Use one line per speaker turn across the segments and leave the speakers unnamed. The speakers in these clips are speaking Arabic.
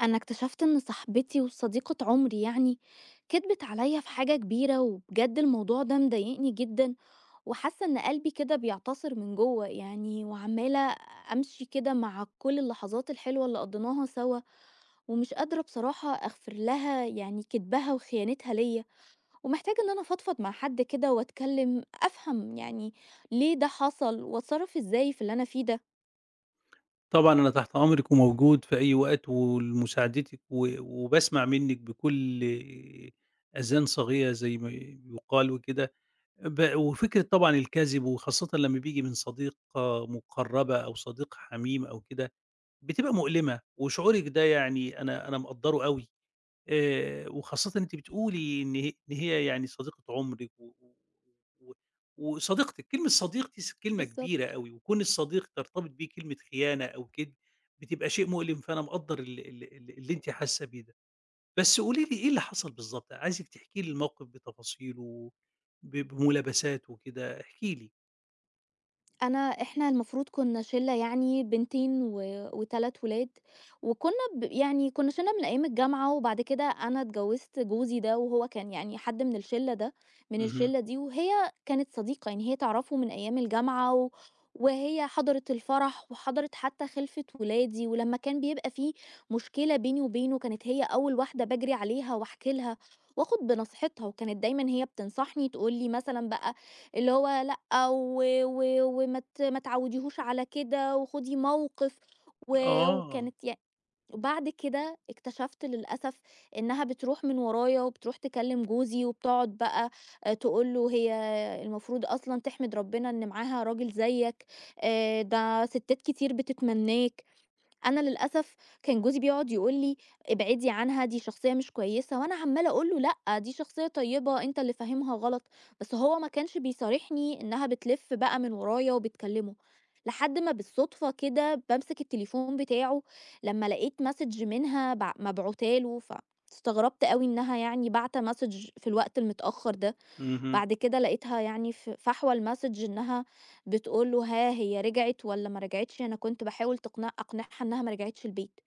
أنا اكتشفت إن صاحبتي وصديقة عمري يعني كدبت عليا في حاجة كبيرة، وبجد الموضوع ده مضايقني جدا، وحاسة إن قلبي كده بيعتصر من جوه يعني، وعمالة أمشي كده مع كل اللحظات الحلوة اللي قضيناها سوا، ومش قادرة بصراحة أغفر لها يعني كدبها وخيانتها ليا، ومحتاجة إن أنا أفضفض مع حد كده وأتكلم أفهم يعني ليه ده حصل وأتصرف إزاي في اللي أنا فيه ده.
طبعًا أنا تحت أمرِك وموجود في أي وقت ولمساعدتِك و وباسمع منِّك بكل أذان صاغية زي ما يُقال وكده. وفكرة طبعًا الكذب وخاصةً لمّا بييجي من صديقة مُقرّبة أو صديق حميم أو كده، بتبقى مؤلمة، وشعورِك ده يعني أنا مقدّره أوي. وخاصةً أنتِ بتقولي إن هي يعني صديقة عُمرِك و و و وصديقتِك، كلمة صديق دي كلمة كبيرة
بالظبط.
أوي، وكون الصديق ترتبط بيه كلمة خيانة أو كدب، بتبقى شيء مؤلم، فأنا مقدّر ال ال ال اللي أنتِ حاسة بيه ده. بس قولي لي إيه اللي حصل بالضبط؟ عايزِك تحكي لي الموقف بتفاصيله، بملابساته كده. احكي لي.
أنا، إحنا المفروض كنا شِلّة يعني بنتين و3 ولاد، وكنا ب يعني كنا شِلّة من أيام الجامعة، وبعد كده أنا اتجوّزت جوزي ده، وهو كان يعني حد من الشِلّة ده من
اهم.
الشِلّة دي، وهي كانت صديقة، يعني هي تعرفه من أيام الجامعة، وهي حضرِت الفرح وحضرِت حتى خِلفة ولادي، ولمّا كان بيبقى في مشكلة بيني وبينه كانت هي أول واحدة باجري عليها واحكي لها وآخُد بنصيحتها، وكانت دايمًا هي بتنصحني تقول لي مثلًا بقى اللي هو لأ، و و وما ت ما تعوّديهوش على كده وخُدي موقِف. و
آه.
وكانت يع وبعد كده اكتشفت للأسف إنّها بتروح من ورايا وبتروح تكلّم جوزي وبتقعد بقى، تقول له هي المفروض أصلًا تحمد ربنا إن معاها راجل زيّك، ده سِتّات كتير بتتمنّاك. أنا للأسف كان جوزي بيقعد يقول لي: "ابعدي عنها، دي شخصية مش كويسة." وأنا عمّالة أقول له: "لأ، دي شخصية طيبة، أنت اللي فاهمها غلط." بس هو ما كانش بيصارحني إنها بتلِف بقى من ورايا وبتكلمه، لحد ما بالصدفة كده بامسك التليفون بتاعه لمّا لقيت مسج منها مبعوتاه له، فاستغربت أوي إنها يعني باعتة مسج في الوقت المتأخر ده.
اهم.
بعد كده لقيتها يعني فحوى الmessage إنها بتقول له: "ها هي رجعت والّا ما رجعتش؟ أنا كنت باحاول أقنعها إنها ما رجعتش البيت."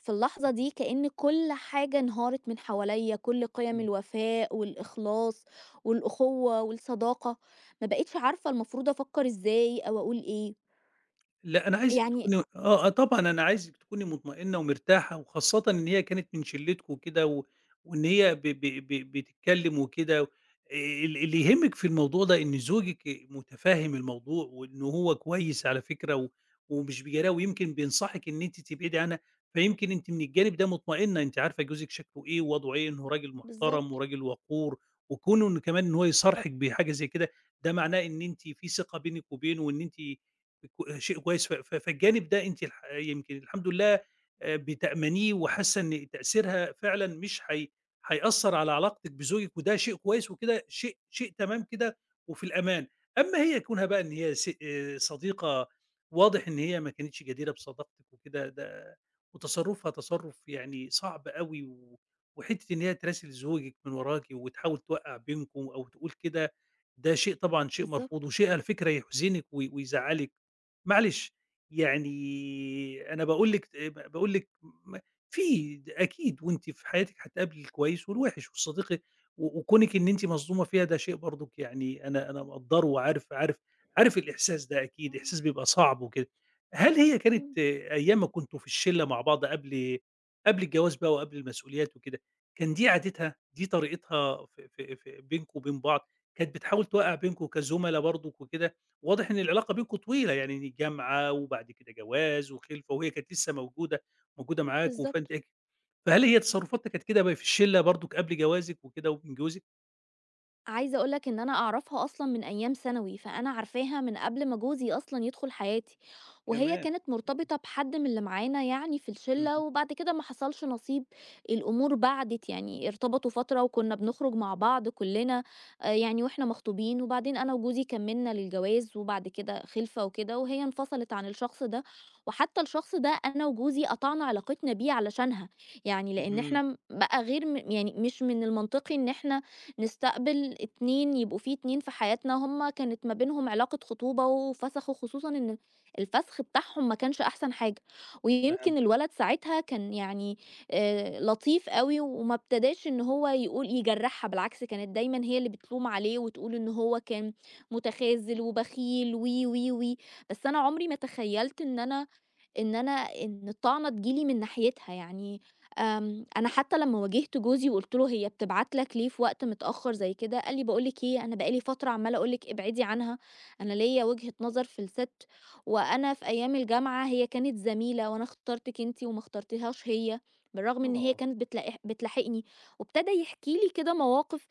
في اللحظة دي كأن كل حاجة انهارت من حواليّا، كل قيم
إمم.
الوفاء والإخلاص والأخوة والصداقة، ما بقيتش عارفة المفروض أفكّر إزاي أو أقول إيه.
لأ، أنا عايزِك
يعني
تكوني آه، آه طبعًا أنا عايزِك تكوني مطمئنة ومرتاحة، وخاصةً إن هي كانت من شِلِّتكم وكده، وإن هي ب ب ب بتتكلم وكده. ال اللي يهمِّك في الموضوع ده إن زوجِك مُتفهِّم الموضوع، وإن هو كويس على فكرة، ومش بيجاملها، ويمكن بينصحِك إن أنتِ تبعدي عنها. فيمكن أنتِ من الجانب ده مطمئنة، أنتِ عارفة جوزِك شكله إيه ووضعه إيه، إنه راجل محترم
بالضبط،
وراجل وقور، وكونه إنه كمان إن هو يصارحِك بحاجة زي كده، ده معناه إن أنتِ في ثقة بينِك وبينه، وإن أنتِ شيء كويس. ف ف فالجانب ده أنتِ يمكن الحمد لله بتأمنيه، وحاسة إن تأثيرها فعلًا مش هيأثّر على علاقتِك بزوجِك، وده شيء كويس وكده، شيء تمام كده وفي الأمان. أمّا هي كونها بقى إن هي س صديقة، واضح إن هي ما كانتش جديرة بصداقتِك وكده، ده وتصرُّفها تصرُّف يعني صعب أوي، وحتّة إن هي تراسل زوجِك من وراكِ وتحاول توقّع بينكم أو تقول كده، ده شيء طبعًا شيء مرفوض،
بالضبط.
وشيء على فكرة يحزنِك ويزعّلِك. معلش، يعني أنا باقول لِك م في د أكيد وأنتِ في حياتِك هتقابلي الكويس والوِحِش والصديق، و وكونِك إن أنتِ مصدومة فيها، ده شيء برضُك يعني أنا مقدّره، وعارف عارف عارف الإحساس ده أكيد،
إمم.
إحساس بيبقى صعب وكده. هل هي كانت
إمم،
أيام ما كنتم في الشِلّة مع بعض، قبل الجواز بقى وقبل المسؤوليات وكده، كان دي عادتها، دي طريقتها في في في بينكم وبين بعض؟ كانت بتحاول توقّع بينكم كزُملا برضُك وكده؟ واضح إن العلاقة بينكم طويلة، يعني جامعة وبعد كده جواز وخِلفة، وهي كانت لسه موجودة معاكم.
بالضبط.
فأنتِ فهل هي تصرفاتها كانت كده بقى في الشلة برضُك قبل جوازِك وكده ومن جوزِك
عايزة أقول لك إن أنا أعرفها أصلًا من أيام ثانوي، فأنا عارفاها من قبل ما جوزي أصلًا يدخل حياتي، وهي
كمان؟
كانت مرتبطة بحد من اللي معانا يعني في الشلة،
اهم.
وبعد كده ما حصلش نصيب، الأمور بعدت يعني، ارتبطوا فترة وكنا بنخرج مع بعض كلنا يعني وإحنا مخطوبين، وبعدين أنا وجوزي كمّلنا للجواز وبعد كده خِلفة وكده، وهي انفصلت عن الشخص ده، وحتى الشخص ده أنا وجوزي قطعنا علاقتنا بيه علشانها، يعني لإن
اهم.
إحنا م بقى غير م يعني مش من المنطقي إن إحنا نستقبل 2 يبقوا في 2 في حياتنا، هم كانت ما بينهم علاقة خطوبة وفسخوا، خصوصًا إن الفَسخ بتاعهم ما كانش أحسن حاجة، ويمكن
فهمت.
الولد ساعتها كان يعني لطيف أوي، وما ابتداش إن هو يقول يجرّحها، بالعكس كانت دايمًا هي اللي بتلوم عليه وتقول إن هو كان متخاذل وبخيل و، و، و، بس أنا عمري ما تخيّلت إن الطعنة تجيلي من ناحيتها يعني. أنا حتى لمّا واجهت جوزي وقُلت له: "هي بتبعت لك ليه في وقت متأخر زي كده؟" قال لي: "باقول لِك إيه، أنا بقى لي فترة عمّال أقول لِك ابعدي عنها، أنا ليّا وجهة نظر في الست، وأنا في أيام الجامعة هي كانت زميلة وأنا اخترتِك أنتِ وما اخترتيهاش هي، بالرغم إن هي
آه.
كانت بتلاحقني." وابتدى يحكي لي كده مواقف.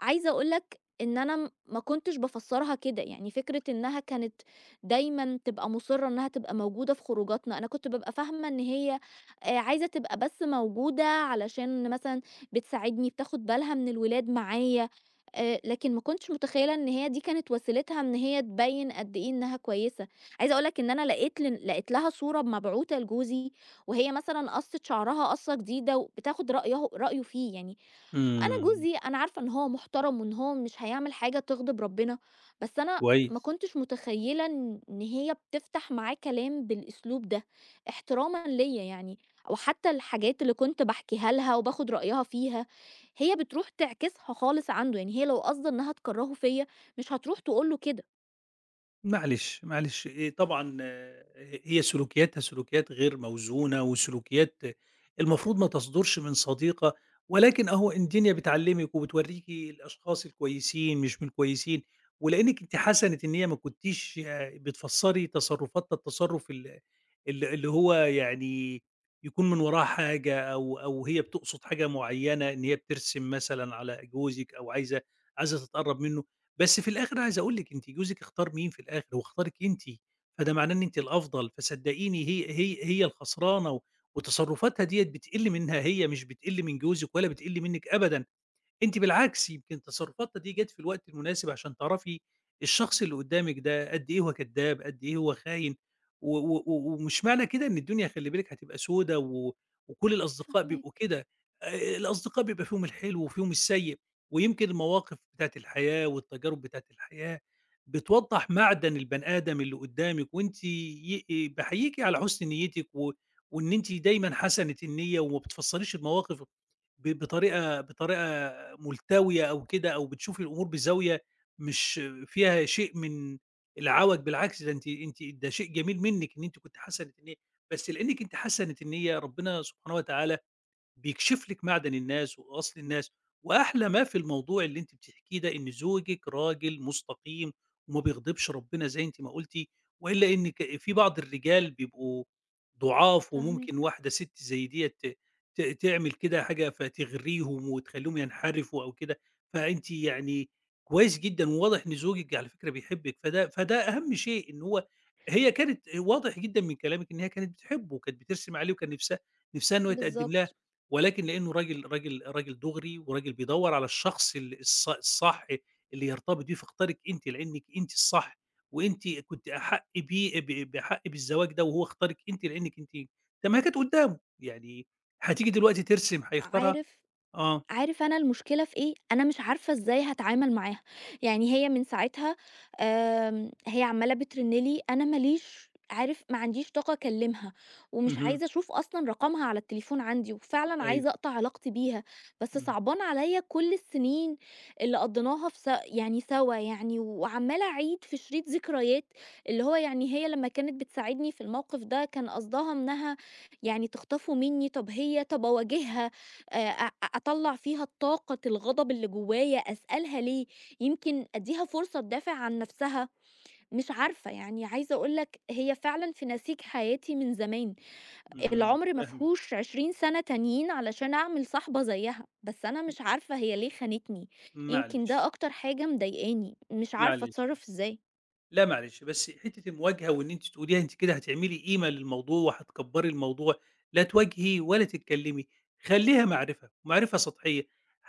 عايزة أقول لك إن أنا ما كنتش بافسّرها كده، يعني فكرة إنها كانت دايمًا تبقى مُصِرّة إنها تبقى موجودة في خروجاتنا، أنا كنت بابقى فاهمة إن هي عايزة تبقى بس موجودة علشان مثلًا بتساعدني، بتاخد بالها من الولاد معايا، لكن ما كنتش متخيّلة إن هي دي كانت وسيلتها إن هي تبيّن قد إيه إنها كويسة. عايزة أقول لك إن أنا لقيت لن لقيت لها صورة مبعوتة لجوزي، وهي مثلًا قَصِّت شعرها قَصّة جديدة وبتاخد رأيه فيه، يعني أنا
إمم.
جوزي أنا عارفة إن هو محترم وإن هو مش هيعمل حاجة تغضب ربنا، بس أنا ما
كويس.
كنتش متخيلة إن هي بتفتح معاه كلام بالأسلوب ده، احترامًا ليّا يعني، وحتى الحاجات اللي كنت باحكيها لها وباخد رأيها فيها، هي بتروح تعكسها خالص عنده، يعني هي لو قاصدة إنها تكرهه فيّا مش هتروح تقول له كده.
معلش. معلش. طبعًا، آه، هي سلوكياتها سلوكيات غير موزونة، وسلوكيات المفروض ما تصدُرش من صديقة، ولكن أهو ان الدنيا بتعلّمِك وبتورّيكِ الأشخاص الكويسين مش من الكويسين. ولإنِّك أنتِ حَسَنِت إن هي ما كنتيش، بتفسّري تصرُّفاتها التصرُّف ال ال اللي هو يعني يكون من وراه حاجة، أو هي بتقصد حاجة معيّنة، إن هي بترسم مثلًا على جوزِك أو عايزة تتقرّب منّه. بس في الآخر عايز أقول لِك أنتِ، جوزِك اختار مين في الآخر؟ هو اختارِك أنتِ، فده معناه إن أنتِ الأفضل. فصدقيني هي الخسرانة، وتصرفاتها ديّة بتقِل منها هي، مش بتقِل من جوزِك ولا بتقِل منِّك أبدًا. أنتِ بالعكس، يمكن تصرفاتنا دي جات في الوقت المناسب عشان تعرفي الشخص اللي قدّامِك ده قد إيه هو كدّاب، قد إيه هو خاين. و و و ومش معنى كده إن الدنيا، خلّي بالِك، هتبقى سودا، وكل الأصدقاء بيبقوا
فاهماك،
كده. الأصدقاء بيبقى فيهم الحلو وفيهم السيء، ويمكن المواقف بتاعة الحياة والتجارب بتاعة الحياة بتوضّح معدن البني آدم اللي قدّامِك. وأنتِ باحييكِ على حُسن نيتِك، و وإن أنتِ دايمًا حسنة النية، وما بتفسّريش المواقف ب بطريقة بطريقة ملتوية أو كده، أو بتشوفي الأمور بزاوية مش فيها شيء من العَوَج. بالعكس ده أنتِ، ده شيء جميل منِّك إن أنتِ كنتِ حسنة النية. بس لإنِّك أنتِ حسنة النية، ربنا سبحانه وتعالى بيكشف لِك معدن الناس وأصل الناس. وأحلى ما في الموضوع اللي أنتِ بتحكيه ده إن زوجِك راجل مستقيم وما بيغضبش ربنا زي أنتِ ما قُلتِ، وإلا إن ك في بعض الرجال بيبقوا ضُعاف،
فاهماك.
وممكن واحدة سِت زي ديّة ت ت تعمل كده حاجة فتغريهم وتخلّيهم ينحرفوا أو كده. فأنتِ يعني كويس جدًا، وواضح إن زوجِك على فكرة بيحبِّك، فده أهم شيء. إن هو، هي كانت واضح جدًا من كلامِك إن هي كانت بتحبه وكانت بترسم عليه، وكان نِفْسها إن هو يتقدّم لها.
بالضبط.
ولكن لإنه راجل دُغري، وراجل بيدوّر على الشخص ال الص الصح اللي يرتبط بيه، فاختارِك أنتِ لإنِّك أنتِ الصح. وأنتِ كنتِ أحَق بيه، بأحَق بالزواج ده، وهو اختارِك أنتِ لإنِّك أنتِ. طب ما هي كانت قدّامه، يعني هتيجي دلوقتي ترسم هيختارها؟
عارف
آه.
عارف أنا المشكلة في إيه؟ أنا مش عارفة إزاي هاتعامل معاها، يعني هي من ساعتها هي عمّالة بترن لي، أنا ما ليش عارف، ما عنديش طاقة أكلمها، ومش
اهم.
عايزة أشوف أصلًا رقمها على التليفون عندي، وفعلًا
أيوه.
عايزة أقطع علاقتي بيها، بس
إمم.
صعبان عليّا كل السنين اللي قضيناها في س يعني سوا يعني، وعمّالة أعيد في شريط ذكريات، اللي هو يعني هي لمّا كانت بتساعدني في الموقف ده كان قصدها إنها يعني تخطفه مني. طب هي طب أواجهها، آآ أ أطلّع فيها طاقة الغضب اللي جوايا، أسألها ليه، يمكن أدّيها فرصة تدافع عن نفسها، مش عارفة يعني. عايزة أقول لك هي فعلًا في نسيج حياتي من زمان،
إمم.
العمر ما
فاهمِك.
فيهوش 20 سنة تانيين علشان أعمل صاحبة زيها، بس أنا مش عارفة هي ليه خانتني، يمكن ده
معلش.
أكتر حاجة مضايقاني، مش عارفة
معلش.
أتصرّف إزاي.
لأ معلش، بس حتّة المواجهة، وإن أنتِ تقوليها، أنتِ كده هتعملي قيمة للموضوع وهتكبّري الموضوع. لا تواجهي ولا تتكلّمي، خلّيها معرفة، معرفة سطحية.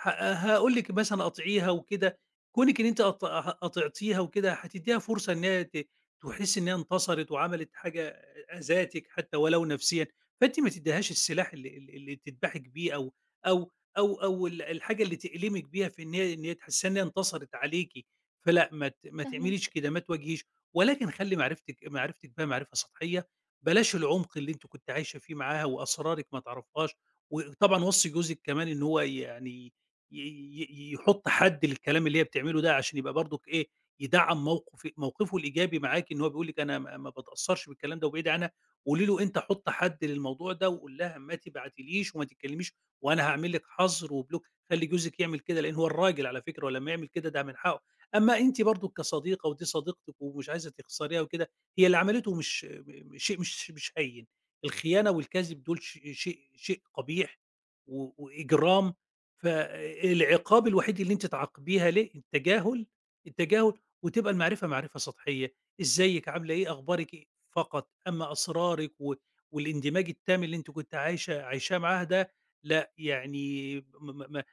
هاقول لِك مثلًا قاطعيها وكده، كونِك إن أنتِ قط ه قاطعتيها وكده، هتدّيها فرصة إن هي ت تحس إن هي انتصرت، وعملت حاجة أذاتِك حتّى ولو نفسيًا. فأنتِ ما تدّيهاش السلاح اللي تدبحِك بيه، أو أو أو أو ال الحاجة اللي تألمِك بيها، في إن هي تحسّسيها إن هي انتصرت عليكِ. فلأ، ما تعمليش
فاهماك،
كده، ما تواجهيش، ولكن خلّي معرفتِك، بها معرفة سطحية. بلاش العمق اللي أنتِ كنتِ عايشة فيه معاها، وأسرارِك ما تعرفيهاش. وطبعًا وصّي جوزِك كمان إن هو يعني ي ي يحُط حد للكلام اللي هي بتعمله ده، عشان يبقى برضُك إيه، يدعّم موقفه الإيجابي معاكِ، إن هو بيقول لِك أنا ما باتأثّرش بالكلام ده وبعيدي عنها. قولي له أنت حُط حد للموضوع ده، وقُل لها ما تبعتيليش وما تتكلّميش وأنا هاعمل لِك حَظر وبلوك. خلّي جوزِك يعمل كده، لإن هو الراجل على فكرة، ولمّا يعمل كده ده من حقّه. أمّا أنتِ برضه كصديقة، ودي صديقتِك ومش عايزة تخسريها وكده، هي اللي عملته مش م شيء مش هين. الخيانة والكذب دول ش شيء شيء قبيح وإجرام، فالعقاب الوحيد اللي أنتِ تعاقبيها ليه التجاهل. التجاهل، وتبقى المعرفة معرفة سطحية. إزيِك، عاملة إيه، أخبارِك إيه، فقط. أمّا أسرارِك و والاندماج التام اللي أنتِ كنتِ عايشة عايشاه معاها ده، لأ، يعني م م ما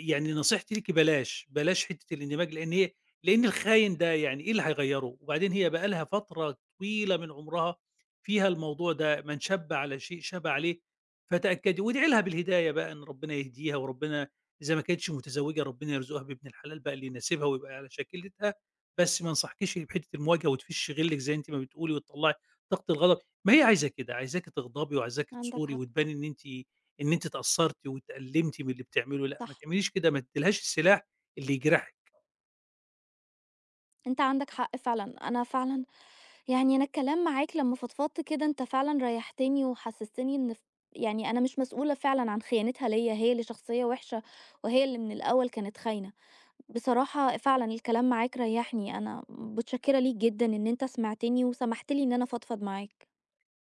يعني نصيحتي ليكِ بلاش، بلاش حتّة الاندماج. لإن هي، لأن الخاين ده يعني إيه اللي هيغيّره؟ وبعدين هي بقى لها فترة طويلة من عمرها فيها الموضوع ده، من شَبّ على شيء شَبَ عليه. فتأكّدي وادعي لها بالهداية بقى، إن ربنا يهديها، وربنا إذا ما كانتش متزوّجة ربنا يرزقها بابن الحلال بقى اللي يناسبها ويبقى على شاكلتها. بس ما انصحكيش بحتّة المواجهة وتفشّي غِلِّك زي أنتِ ما بتقولي، وتطلّعي طاقة الغضب. ما هي عايزة كده، عايزاكِ تغضبي، وعايزاكِ
عندك
تصوري
حق،
وتباني إن أنتِ اتأثّرتِ واتألّمتِ من اللي بتعمله. لأ، ما
صح.
تعمليش كده، ما تدّيلهاش السلاح اللي يجرحِك.
أنت عندك حق فعلًا، أنا فعلًا يعني، أنا الكلام معاك لمّا فضفضت كده أنت فعلًا ريّحتني وحسستني إن ف يعني أنا مش مسؤولة فعلًا عن خيانتها ليّا، هي اللي شخصية وحشة، وهي اللي من الأول كانت خاينة. بصراحة فعلًا الكلام معاك ريّحني، أنا متشكرة ليك جدًا إن أنت سمعتني وسمحت لي إن أنا أفضفض معاك.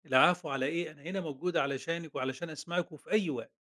العفو على إيه، أنا هنا موجود علشانِك وعلشان أسمعِك وفي أي وقت.